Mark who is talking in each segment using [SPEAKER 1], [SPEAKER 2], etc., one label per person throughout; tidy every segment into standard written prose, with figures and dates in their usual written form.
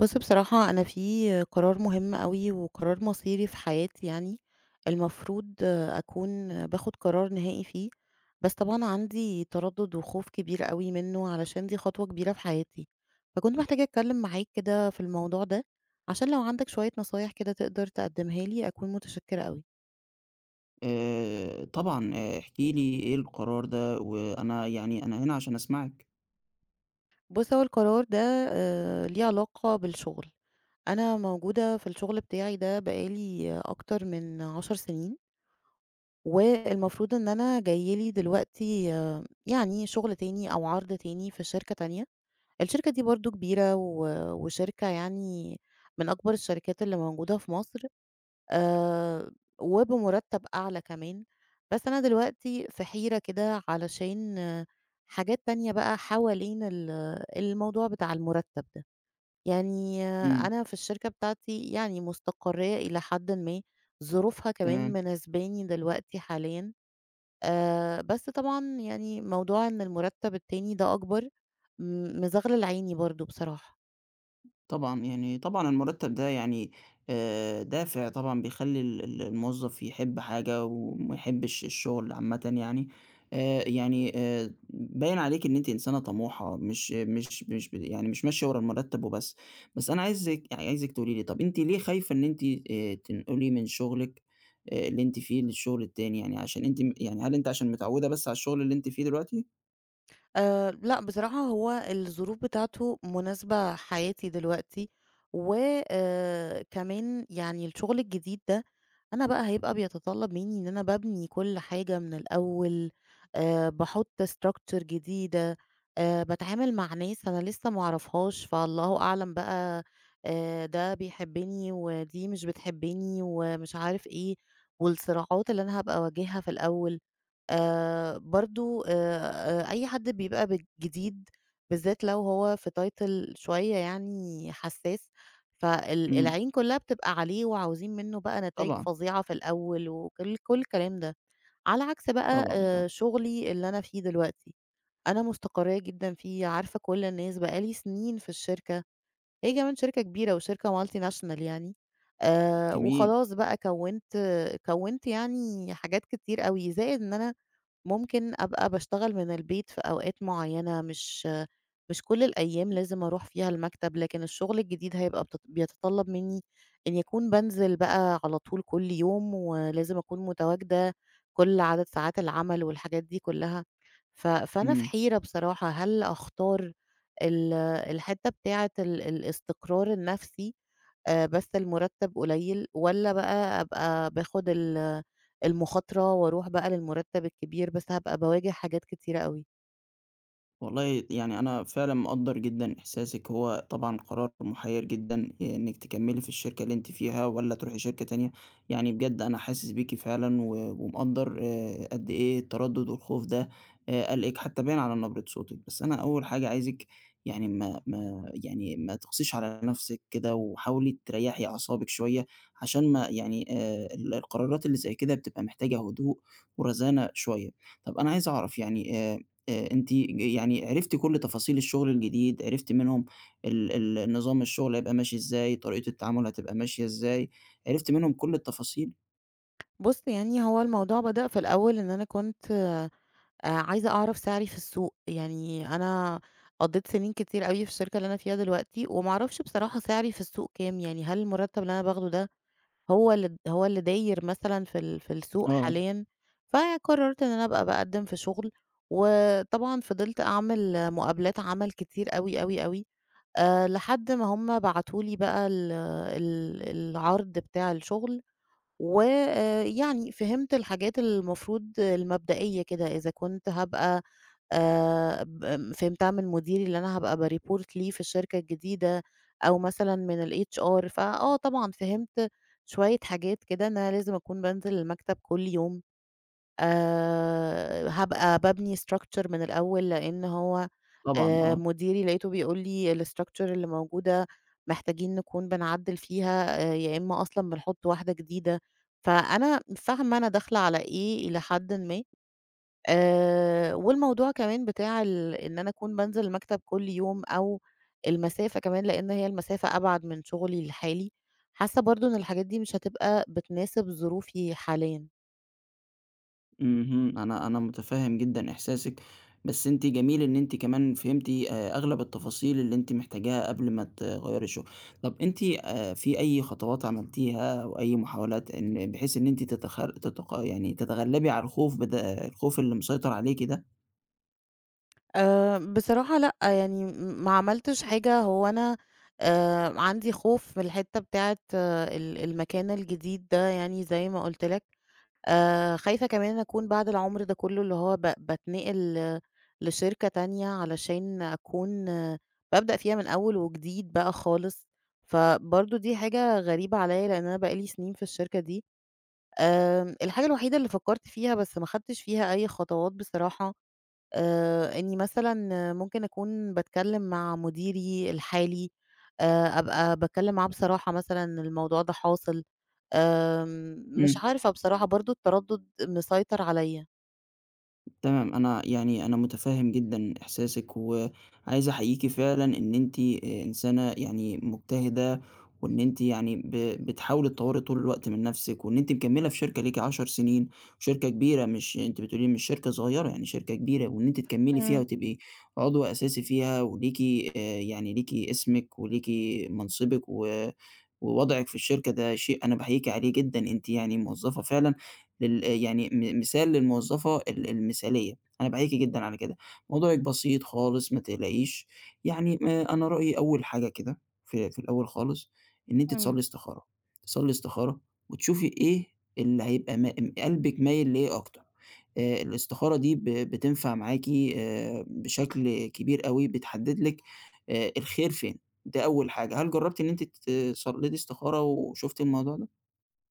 [SPEAKER 1] بُص، بصراحة أنا في قرار مهم أوي، وقرار مصيري في حياتي يعني، المفروض أكون باخد قرار نهائي فيه، بس طبعًا عندي تردد وخوف كبير أوي منه، علشان دي خطوة كبيرة في حياتي، فكنت محتاجة أتكلم معاك كده في الموضوع ده، عشان لو عندك شوية نصايح كده تقدر تقدمها لي أكون متشكرة أوي.
[SPEAKER 2] طبعًا، احكِ لي إيه القرار ده، وأنا أنا هنا عشان أسمعِك.
[SPEAKER 1] بُص، هو القرار ده ليه علاقة بالشغل، أنا موجودة في الشغل بتاعي ده بقى لي أكتر من 10 سنين. والمفروض إن أنا جاي لي دلوقتي آه، يعني شغل تاني أو عرض تاني في شركة تانية، الشركة دي برضه كبيرة وشركة يعني من أكبر الشركات اللي موجودة في مصر، آآ وبمرتب أعلى كمان، بس أنا دلوقتي في حيرة كده علشان آه، حاجات تانية بقى حوالين الموضوع بتاع المرتب ده، يعني آه،
[SPEAKER 2] إمم،
[SPEAKER 1] أنا في الشركة بتاعتي يعني مستقرية إلى حدٍ ما، ظروفها كمان
[SPEAKER 2] تمام.
[SPEAKER 1] مناسباني دلوقتي حاليًا. بس طبعًا يعني موضوع إن المرتّب التاني ده أكبر مزغلل عيني برضه بصراحة.
[SPEAKER 2] طبعًا، يعني طبعًا المُرتّب ده يعني دافع طبعًا بيخلّي ال ال الموظّف يحب حاجة وما يحبّش الشُغل عامةً يعني. يعني باين عليكِ إن أنتِ إنسانة طموحة، مش مش مش ب يعني مش ماشية ورا المُرتّب وبس. بس أنا عايزِك تقولي لي طَب أنتِ ليه خايفة إن أنتِ تنقلي من شُغلِك اللي أنتِ فيه للشُغل التاني يعني عشان أنتِ م يعني هل أنتِ عشان متعوّدة بس على الشُغل اللي أنتِ فيه دلوقتي؟
[SPEAKER 1] لأ، بصراحة هو الظروف بتاعته مناسبة حياتي دلوقتي، و كمان يعني الشغل الجديد ده أنا بقى هيبقى بيتطلب منّي إن أنا بابني كل حاجة من الأول، باحط structure جديدة، باتعامل مع ناس أنا لسه ما أعرفهاش، فالله أعلم بقى ده بيحبني ودي مش بتحبني ومش عارف إيه، والصراعات اللي أنا هابقى أواجهها في الأول. برضه أي حد بيبقى جديد بالذات لو هو في title شوية يعني حساس، فال
[SPEAKER 2] إمم،
[SPEAKER 1] العين كلّها بتبقى عليه وعاوزين منّه بقى نتايج
[SPEAKER 2] طبعًا،
[SPEAKER 1] فظيعة في الأول وكل الكلام ده، على عكس بقى
[SPEAKER 2] طبعًا، طبعًا.
[SPEAKER 1] شغلي اللي أنا فيه دلوقتي، أنا مستقرّية جدًا فيه، عارفة كل الناس، بقى لي سنين في الشركة، هي كمان شركة كبيرة وشركة multinational يعني،
[SPEAKER 2] جميل،
[SPEAKER 1] وخلاص بقى كوّنت يعني حاجات كتير أوي، زائد إن أنا ممكن أبقى باشتغل من البيت في أوقات معيّنة، مش كل الأيام لازم أروح فيها المكتب، لكن الشغل الجديد هيبقى بيتطلب منّي إني أكون بانزل بقى على طول كل يوم، ولازم أكون متواجدة كل عدد ساعات العمل والحاجات دي كلّها، فأنا في
[SPEAKER 2] إمم.
[SPEAKER 1] حيرة بصراحة، هل أختار الحتّة بتاعة ال الاستقرار النفسي، بس المُرتّب قليل، والّا بقى أبقى باخد ال المخاطرة وأروح بقى للمُرتّب الكبير، بس هابقى باواجه حاجات كتيرة أوي.
[SPEAKER 2] والله يعني أنا فعلًا مقدّر جدًا إحساسِك، هو طبعًا قرار محيّر جدًا آه، إنِّك تكمّلي في الشركة اللي أنتِ فيها والّا تروحي شركة تانية، يعني بجد أنا حاسس بيكِ فعلًا ومقدّر قد إيه التردُّد والخوف ده قلقِك حتّى باين على نبرة صوتِك، بس أنا أول حاجة عايزِك يعني ما تقسيش على نَفْسِك كده وحاولي تريّحي أعصابِك شوية عشان ما يعني ال القرارات اللي زي كده بتبقى محتاجة هدوء ورزانة شوية. طَب أنا عايز أعرف يعني أنتِ يعني عرفتِ كل تفاصيل الشغل الجديد، عرفتِ منهم ال ال نظام الشغل هيبقى ماشي إزاي، طريقة التعامل هتبقى ماشية إزاي، عرفتِ منهم كل التفاصيل؟
[SPEAKER 1] بُص، يعني هو الموضوع بدأ في الأول إن أنا كنت عايزة أعرف سعري في السوق، يعني أنا قضيت سنين كتير أوي في الشركة اللي أنا فيها دلوقتي، وما أعرفش بصراحة سعري في السوق كام، يعني هل المُرتّب اللي أنا باخده ده هو اللي داير مثلًا في ال في السوق
[SPEAKER 2] آه.
[SPEAKER 1] حاليًا، فقررت إن أنا أبقى باقدّم في شغل، وطبعًا فضلت أعمل مقابلات عمل كتير أوي، أوي، أوي، لحد ما هُم بعتوا لي بقى ال ال العرض بتاع الشغل، ويعني فهمت الحاجات المفروض المبدئية كده إذا كنت هابقى ب فهمتها من مديري اللي أنا هابقى بReport ليه في الشركة الجديدة أو مثلًا من الHR فآه، طبعًا فهمت شوية حاجات كده إن أنا لازم أكون بانزل المكتب كل يوم، هابقى بابني structure من الأول لإن هو
[SPEAKER 2] طبعًا آه،
[SPEAKER 1] مديري لقيته بيقول لي الstructure اللي موجودة محتاجين نكون بنعدّل فيها يا إما أصلًا بنحط واحدة جديدة، فأنا فاهمة أنا داخلة على إيه إلى حدٍ ما، والموضوع كمان بتاع ال إن أنا أكون بانزل المكتب كل يوم أو المسافة كمان لإن هي المسافة أبعد من شغلي الحالي، حاسة برضه إن الحاجات دي مش هتبقى بتناسب ظروفي حاليًا.
[SPEAKER 2] اهم، أنا متفهم جدًا إحساسِك، بس أنتِ جميل إن أنتِ كمان فهمتِ أغلب التفاصيل اللي أنتِ محتاجاها قبل ما تغيّري الشغل. طب أنتِ في أي خطوات عملتيها أو أي محاولات إن بحيث إن أنتِ تتخ تتق يعني تتغلبي على الخوف اللي مسيطر عليكِ ده؟
[SPEAKER 1] بصراحة لأ، يعني ما عملتش حاجة، هو أنا عندي خوف من الحتّة بتاعة أه ال المكان الجديد ده يعني زي ما قُلت لك، خايفة كمان أكون بعد العمر ده كلّه اللي هو باتنقل لشركة تانية علشان أكون آه، بابدأ فيها من أول وجديد بقى خالص، فبرضه دي حاجة غريبة عليّا لإن أنا بقى لي سنين في الشركة دي. الحاجة الوحيدة اللي فكّرت فيها بس ما خدتش فيها أي خطوات بصراحة إنّي مثلًا ممكن أكون باتكلّم مع مديري الحالي، أبقى باتكلّم معاه بصراحة مثلًا الموضوع ده حاصل. مش
[SPEAKER 2] إمم.
[SPEAKER 1] عارفة بصراحة برضه التردُّد مسيطر عليّا.
[SPEAKER 2] تمام، أنا يعني أنا متفهم جدًا إحساسِك، وعايز أحييكِ فعلًا إن أنتِ إنسانة يعني مجتهدة، وإن أنتِ يعني ب بتحاولي تطوّري طول الوقت من نفسِك، وإن أنتِ مكمّلة في شركة ليكِ 10 سنين، وشركة كبيرة مش أنتِ بتقولي لي مش شركة صغيرة، يعني شركة كبيرة، وإن أنتِ تكمّلي فيها
[SPEAKER 1] إمم،
[SPEAKER 2] وتبقي عضو أساسي فيها، وليكِ يعني ليكِ اسمِك وليكِ منصبِك ووضعِك في الشركة، ده شيء أنا باحييكِ عليه جدًا، أنتِ يعني موظفة فعلًا لل يعني م مثال للموظفة المثالية، أنا بأحييكِ جدًا على كده. موضوعِك بسيط خالص ما تقلقيش، يعني أنا رأيي أول حاجة كده في الأول خالص إن أنتِ
[SPEAKER 1] إمم.
[SPEAKER 2] تصلّي استخارة، تصلّي استخارة وتشوفي إيه اللي هيبقى ما م قلبِك مايل لإيه أكتر. الاستخارة دي بتنفع معاكِ بشكل كبير أوي، بتحدد لِك الخير فين، ده أول حاجة. هل جرّبتِ إن أنتِ صليتِ استخارة وشُفتِ الموضوع ده؟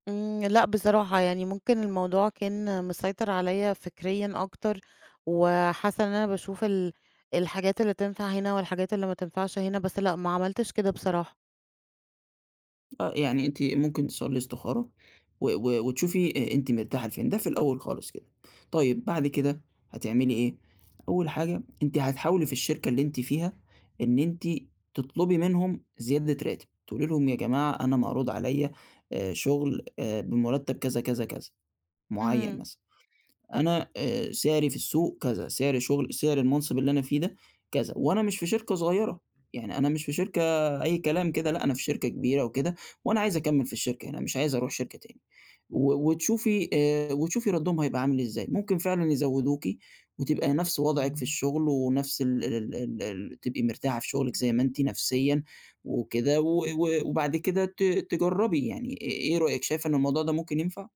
[SPEAKER 1] إمم، لأ، بصراحة يعني ممكن الموضوع كان مسيطر عليّا فكريًا أكتر، وحاسّة إن أنا باشوف ال الحاجات اللي تنفع هنا والحاجات اللي ما تنفعش هنا، بس لأ، ما عملتش كده بصراحة.
[SPEAKER 2] آه، يعني أنتِ ممكن تصلّي استخارة و و وتشوفي أنتِ مرتاحة لفين، ده في الأول خالص كده. طيب بعد كده هتعملي إيه، أول حاجة أنتِ هتحاولي في الشركة اللي أنتِ فيها إن أنتِ تطلبي منهم زيادة راتب، تقولي لهم يا جماعة أنا معروض عليَّ شغل بمرتب كذا، كذا، كذا معيّن
[SPEAKER 1] إمم.
[SPEAKER 2] مثلًا. أنا سعري في السوق كذا، سعر شغل سعر المنصب اللي أنا فيه ده كذا، وأنا مش في شركة صغيرة، يعني أنا مش في شركة أي كلام كده، لأ أنا في شركة كبيرة وكده، وأنا عايز أكمّل في الشركة هنا، مش عايز أروح شركة تاني، وتشوفي وتشوفي ردّهم هيبقى عامل إزاي، ممكن فعلًا يزوّدوكِ وتبقى نفْس وضعِك في الشغل ونفْس ال ال ال ال تبقي مرتاحة في شغلِك زي ما أنتِ نفسيًا وكده، و و وبعد كده تجرّبي يعني إيه رأيِك شايفة إن الموضوع ده ممكن ينفع؟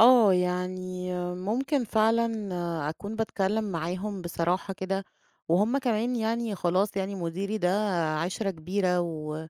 [SPEAKER 1] آه، يعني ممكن فعلًا أكون باتكلّم معاهم بصراحة كده، وهُم كمان يعني خلاص يعني مديري ده عِشرة كبيرة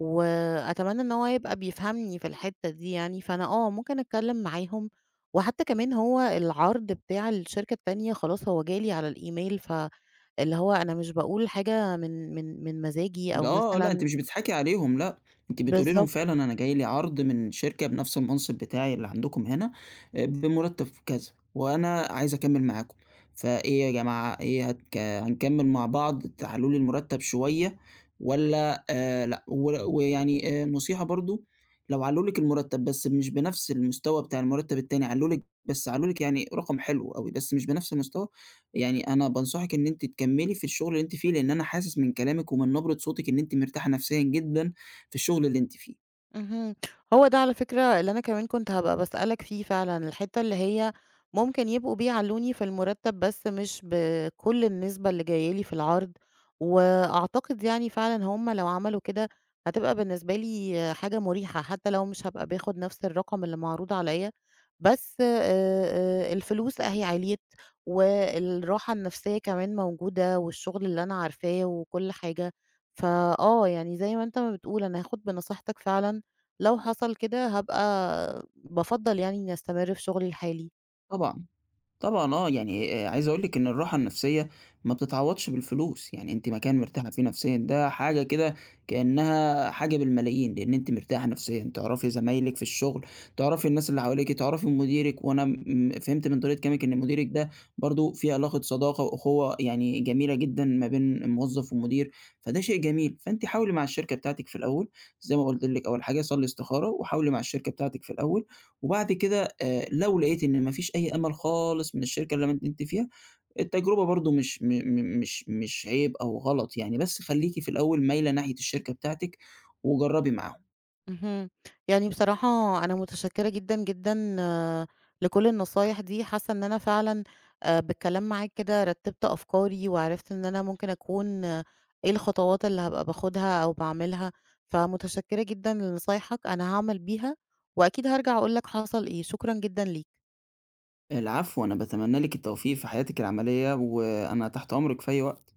[SPEAKER 1] وأتمنى إن هو يبقى بيفهمني في الحتّة دي يعني، فأنا آه، ممكن أتكلّم معاهم، وحتى كمان هو العرض بتاع الشركة التانية خلاص هو جالي على الإيميل، فاللي هو أنا مش باقول حاجة من مزاجي
[SPEAKER 2] لأ،
[SPEAKER 1] أو
[SPEAKER 2] آه، لأ، أنتِ
[SPEAKER 1] مثلًا
[SPEAKER 2] مش بتضحكي عليهم لأ، أنتِ بتقولي لهم
[SPEAKER 1] بالضبط.
[SPEAKER 2] فعلًا أنا جاي لي عرض من شركة بنفس المنصب بتاعي اللي عندكم هنا بمرتب كذا، وأنا عايزة أكمّل معاكم، فإيه يا جماعة إيه هتك هنكمّل مع بعض تعالوا لي المرتب شوية والّا لأ، ويعني نصيحة برضه لو علّوا لِك المرتب بس مش بنفس المستوى بتاع المرتب التاني، علّوا لِك يعني رقم حلو أوي، بس مش بنفس المستوى يعني أنا بانصحِك إن أنتِ تكمّلي في الشغل اللي أنتِ فيه، لإن أنا حاسس من كلامِك ومن نبرة صوتِك إن أنتِ مرتاحة نفسيًا جدًا في الشغل اللي أنتِ فيه،
[SPEAKER 1] اهم. هو ده على فكرة اللي أنا كمان كنت هابقى باسألك فيه فعلًا، الحتّة اللي هي ممكن يبقوا بيعلّوني في المرتّب بس مش بكل النسبة اللي جاية لي في العرض، وأعتقد يعني فعلًا هم لو عملوا كده هتبقى بالنسبة لي حاجة مُريحة، حتّى لو مش هابقى باخد نفس الرقم اللي معروض عليّا، بس الفلوس أهي عِليِت والراحة النفسية كمان موجودة والشغل اللي أنا عارفاه وكل حاجة، فآه، يعني زي ما أنت ما بتقول أنا هاخد بنصيحتك فعلًا لو حصل كده هابقى بافضّل يعني إني أستمر في شغلي الحالي.
[SPEAKER 2] طبعًا. طبعًا آه، يعني عايز أقول لِك إن الراحة النفسية ما بتتعوّضش بالفلوس، يعني أنتِ مكان مرتاحة فيه نفسيًا ده حاجة كده كإنها حاجة بالملايين، لإن أنتِ مرتاحة نفسيًا، تعرفي زمايلِك في الشغل، تعرفي الناس اللي حواليكِ، تعرفي مديرِك، وأنا فهمت من طريقة كلامِك إن مديرِك ده برضه في علاقة صداقة وأخوة يعني جميلة جدًا ما بين موظف ومدير، فده شيء جميل، فأنتِ حاولي مع الشركة بتاعتِك في الأول زي ما قُلت لِك أول حاجة صلّي استخارة، وحاولي مع الشركة بتاعتِك في الأول وبعد كده لو لقيت إن ما فيش أي أمل خالص من الشركة اللي أنا قدمت فيها، التجربة برضه مش م م مش مش عيب أو غلط يعني، بس خلّيكِ في الأول مايلة ناحية الشركة بتاعتِك وجرّبي معاهم.
[SPEAKER 1] اهم. يعني بصراحة أنا متشكّرة جدًا، جدًا آه، لكل النصايح دي، حاسّة إن أنا فعلًا بالكلام معاك كده رتّبت أفكاري وعرفت إن أنا ممكن أكون آه، إيه الخطوات اللي هابقى باخُدها أو باعملها، فمتشكّرة جدًا لنصايحك، أنا هاعمل بيها وأكيد هارجع أقول لك حصل إيه، شكرًا جدًا ليك.
[SPEAKER 2] العفو، أنا باتمنى لِك التوفيق في حياتِك العملية، وأنا تحت أمرِك في أي وقت.